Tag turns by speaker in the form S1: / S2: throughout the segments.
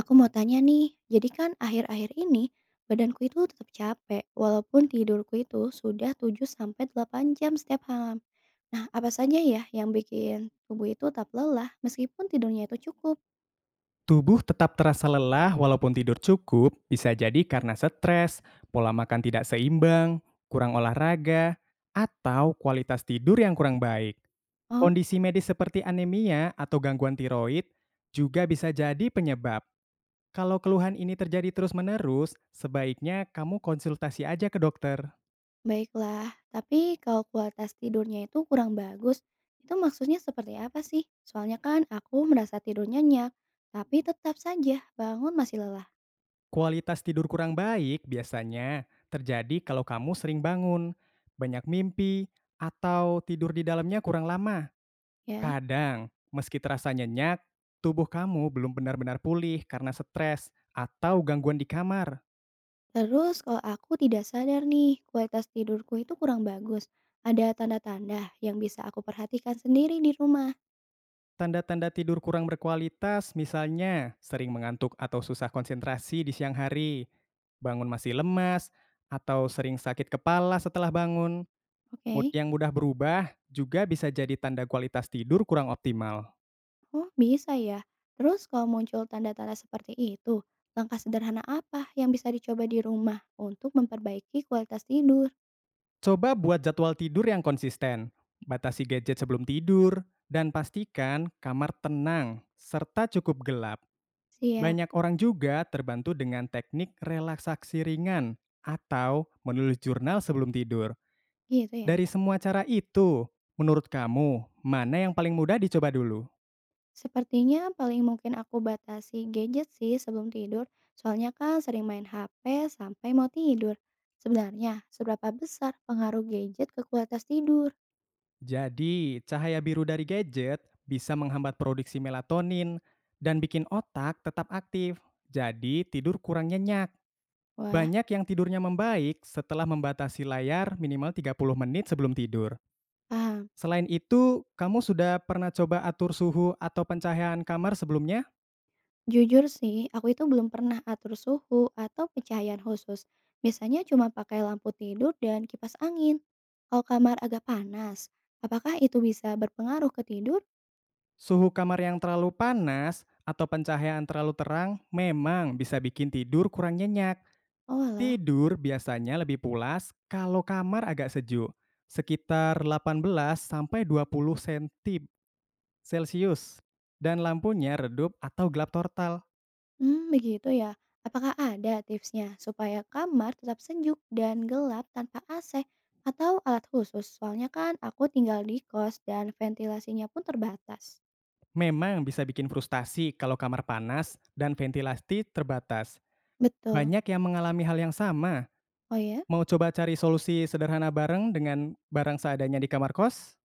S1: Aku mau tanya nih, jadi kan akhir-akhir ini badanku itu tetap capek walaupun tidurku itu sudah 7 sampai 8 jam setiap malam. Nah, apa saja ya yang bikin tubuh itu tetap lelah meskipun tidurnya itu cukup?
S2: Tubuh tetap terasa lelah walaupun tidur cukup, bisa jadi karena stres, pola makan tidak seimbang, kurang olahraga, atau kualitas tidur yang kurang baik.
S1: Oh,
S2: Kondisi medis seperti anemia atau gangguan tiroid juga bisa jadi penyebab. Kalau keluhan ini terjadi terus-menerus, sebaiknya kamu konsultasi aja ke dokter.
S1: baiklah. Tapi kalau kualitas tidurnya itu kurang bagus, itu maksudnya seperti apa sih? Soalnya kan aku merasa tidur nyenyak, tapi tetap saja bangun masih lelah,
S2: Kualitas tidur kurang baik biasanya terjadi kalau kamu sering bangun, banyak mimpi, atau tidur di dalamnya kurang lama.
S1: ya.
S2: Kadang, meski terasa nyenyak, tubuh kamu belum benar-benar pulih karena stres atau gangguan di kamar.
S1: Terus kalau aku tidak sadar nih, kualitas tidurku itu kurang bagus. Ada tanda-tanda yang bisa aku perhatikan sendiri di rumah.
S2: Tanda-tanda tidur kurang berkualitas, misalnya sering mengantuk atau susah konsentrasi di siang hari, bangun masih lemas, atau sering sakit kepala setelah bangun. Mood
S1: Oke.
S2: yang mudah berubah juga bisa jadi tanda kualitas tidur kurang optimal.
S1: Oh, bisa ya. Terus kalau muncul tanda-tanda seperti itu, langkah sederhana apa yang bisa dicoba di rumah untuk memperbaiki kualitas tidur?
S2: Coba buat jadwal tidur yang konsisten, batasi gadget sebelum tidur, dan pastikan kamar tenang serta cukup gelap.
S1: Siap,
S2: Banyak orang juga terbantu dengan teknik relaksasi ringan atau menulis jurnal sebelum tidur.
S1: gitu ya.
S2: Dari semua cara itu, menurut kamu, mana yang paling mudah dicoba dulu?
S1: Sepertinya paling mungkin aku batasi gadget sih sebelum tidur, soalnya kan sering main HP sampai mau tidur. Sebenarnya, seberapa besar pengaruh gadget ke kualitas tidur?
S2: Jadi, cahaya biru dari gadget bisa menghambat produksi melatonin dan bikin otak tetap aktif. Jadi, tidur kurang nyenyak.
S1: Wah,
S2: Banyak yang tidurnya membaik setelah membatasi layar minimal 30 menit sebelum tidur.
S1: paham.
S2: Selain itu, kamu sudah pernah coba atur suhu atau pencahayaan kamar sebelumnya?
S1: Jujur sih, aku itu belum pernah atur suhu atau pencahayaan khusus. Biasanya cuma pakai lampu tidur dan kipas angin. Kalau kamar agak panas, apakah itu bisa berpengaruh ke tidur?
S2: Suhu kamar yang terlalu panas atau pencahayaan terlalu terang memang bisa bikin tidur kurang nyenyak.
S1: Oh alah,
S2: Tidur biasanya lebih pulas kalau kamar agak sejuk, sekitar 18 sampai 20 cm Celcius. Dan lampunya redup atau gelap total.
S1: hmm begitu ya. Apakah ada tipsnya supaya kamar tetap sejuk dan gelap tanpa AC atau alat khusus? Soalnya kan aku tinggal di kos dan ventilasinya pun terbatas.
S2: Memang bisa bikin frustasi kalau kamar panas dan ventilasi terbatas.
S1: Betul.
S2: Banyak yang mengalami hal yang sama.
S1: Oh ya?
S2: Mau coba cari solusi sederhana bareng dengan barang seadanya di kamar kos?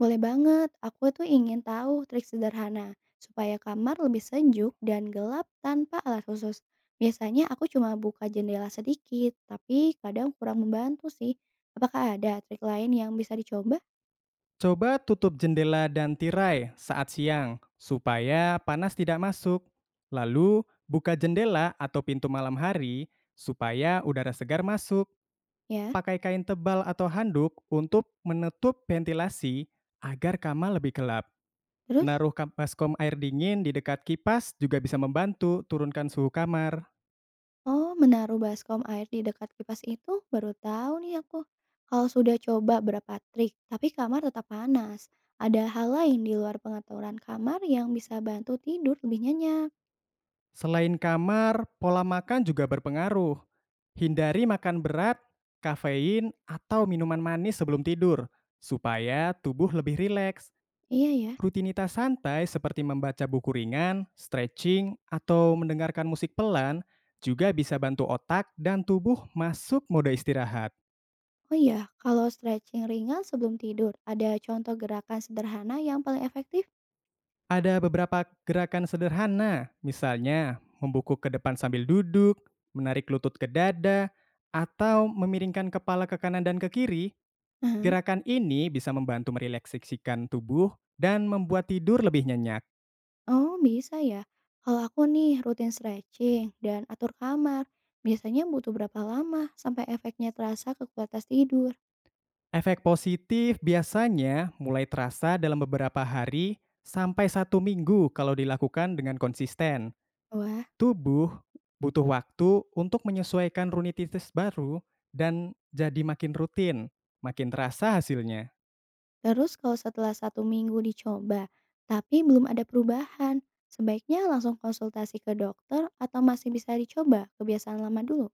S1: Boleh banget, aku tuh ingin tahu trik sederhana supaya kamar lebih sejuk dan gelap tanpa alat khusus. Biasanya aku cuma buka jendela sedikit, tapi kadang kurang membantu sih. Apakah ada trik lain yang bisa dicoba?
S2: Coba tutup jendela dan tirai saat siang supaya panas tidak masuk. Lalu buka jendela atau pintu malam hari supaya udara segar masuk.
S1: Ya,
S2: Pakai kain tebal atau handuk untuk menutup ventilasi agar kamar lebih gelap.
S1: terus?
S2: Menaruh baskom air dingin di dekat kipas juga bisa membantu turunkan suhu kamar.
S1: Oh, menaruh baskom air di dekat kipas itu baru tahu nih aku. Kalau sudah coba berapa trik, tapi kamar tetap panas. Ada hal lain di luar pengaturan kamar yang bisa bantu tidur lebih nyenyak.
S2: Selain kamar, pola makan juga berpengaruh. Hindari makan berat, kafein, atau minuman manis sebelum tidur, supaya tubuh lebih rileks.
S1: Iya ya.
S2: Rutinitas santai seperti membaca buku ringan, stretching, atau mendengarkan musik pelan juga bisa bantu otak dan tubuh masuk mode istirahat.
S1: Oh iya, kalau stretching ringan sebelum tidur, ada contoh gerakan sederhana yang paling efektif?
S2: Ada beberapa gerakan sederhana, misalnya membungkuk ke depan sambil duduk, menarik lutut ke dada, atau memiringkan kepala ke kanan dan ke kiri.
S1: Aha.
S2: Gerakan ini bisa membantu merelaksasikan tubuh dan membuat tidur lebih nyenyak.
S1: Oh, bisa ya. Kalau aku nih rutin stretching dan atur kamar, biasanya butuh berapa lama sampai efeknya terasa ke kualitas tidur?
S2: Efek positif biasanya mulai terasa dalam beberapa hari sampai satu minggu kalau dilakukan dengan konsisten.
S1: Wah,
S2: Tubuh butuh waktu untuk menyesuaikan rutinitas baru dan jadi makin rutin, makin terasa hasilnya.
S1: terus kalau setelah 1 minggu dicoba, tapi belum ada perubahan, sebaiknya langsung konsultasi ke dokter atau masih bisa dicoba kebiasaan lama dulu?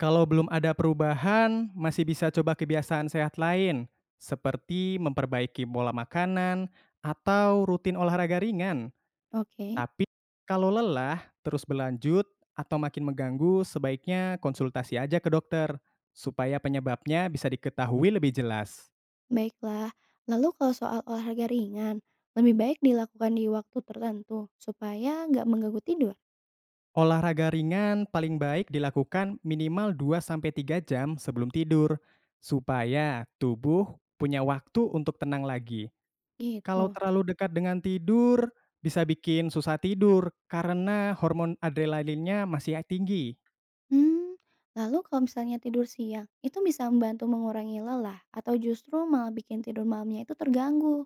S2: Kalau belum ada perubahan, masih bisa coba kebiasaan sehat lain, seperti memperbaiki pola makanan atau rutin olahraga ringan.
S1: Oke.
S2: Tapi kalau lelah terus berlanjut atau makin mengganggu, sebaiknya konsultasi aja ke dokter supaya penyebabnya bisa diketahui lebih jelas.
S1: Baiklah, lalu kalau soal olahraga ringan, lebih baik dilakukan di waktu tertentu supaya nggak mengganggu tidur.
S2: Olahraga ringan paling baik dilakukan minimal 2 sampai 3 jam sebelum tidur supaya tubuh punya waktu untuk tenang lagi. Kalau
S1: Gitu.
S2: terlalu dekat dengan tidur, bisa bikin susah tidur karena hormon adrenalinnya masih tinggi.
S1: Hmm, lalu kalau misalnya tidur siang, itu bisa membantu mengurangi lelah atau justru malah bikin tidur malamnya itu terganggu.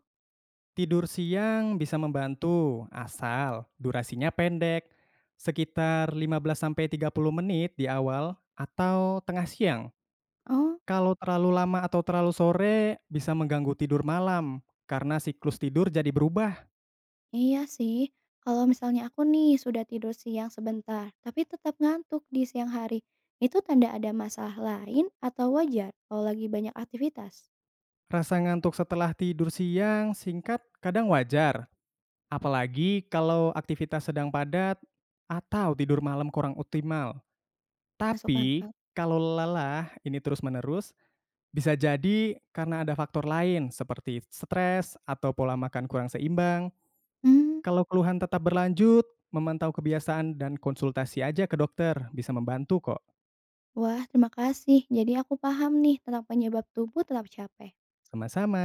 S2: Tidur siang bisa membantu, asal durasinya pendek, sekitar 15 sampai 30 menit di awal atau tengah siang.
S1: Oh,
S2: Kalau terlalu lama atau terlalu sore, bisa mengganggu tidur malam, karena siklus tidur jadi berubah.
S1: iya sih. Kalau misalnya aku nih sudah tidur siang sebentar, tapi tetap ngantuk di siang hari, itu tanda ada masalah lain atau wajar kalau lagi banyak aktivitas?
S2: Rasa ngantuk setelah tidur siang singkat kadang wajar, apalagi kalau aktivitas sedang padat atau tidur malam kurang optimal.
S1: Masuk
S2: Tapi,
S1: akal.
S2: kalau lelah ini terus-menerus, bisa jadi karena ada faktor lain seperti stres atau pola makan kurang seimbang.
S1: Hmm,
S2: Kalau keluhan tetap berlanjut, memantau kebiasaan dan konsultasi aja ke dokter bisa membantu kok.
S1: wah, terima kasih. Jadi aku paham nih tentang penyebab tubuh tetap capek.
S2: Sama-sama.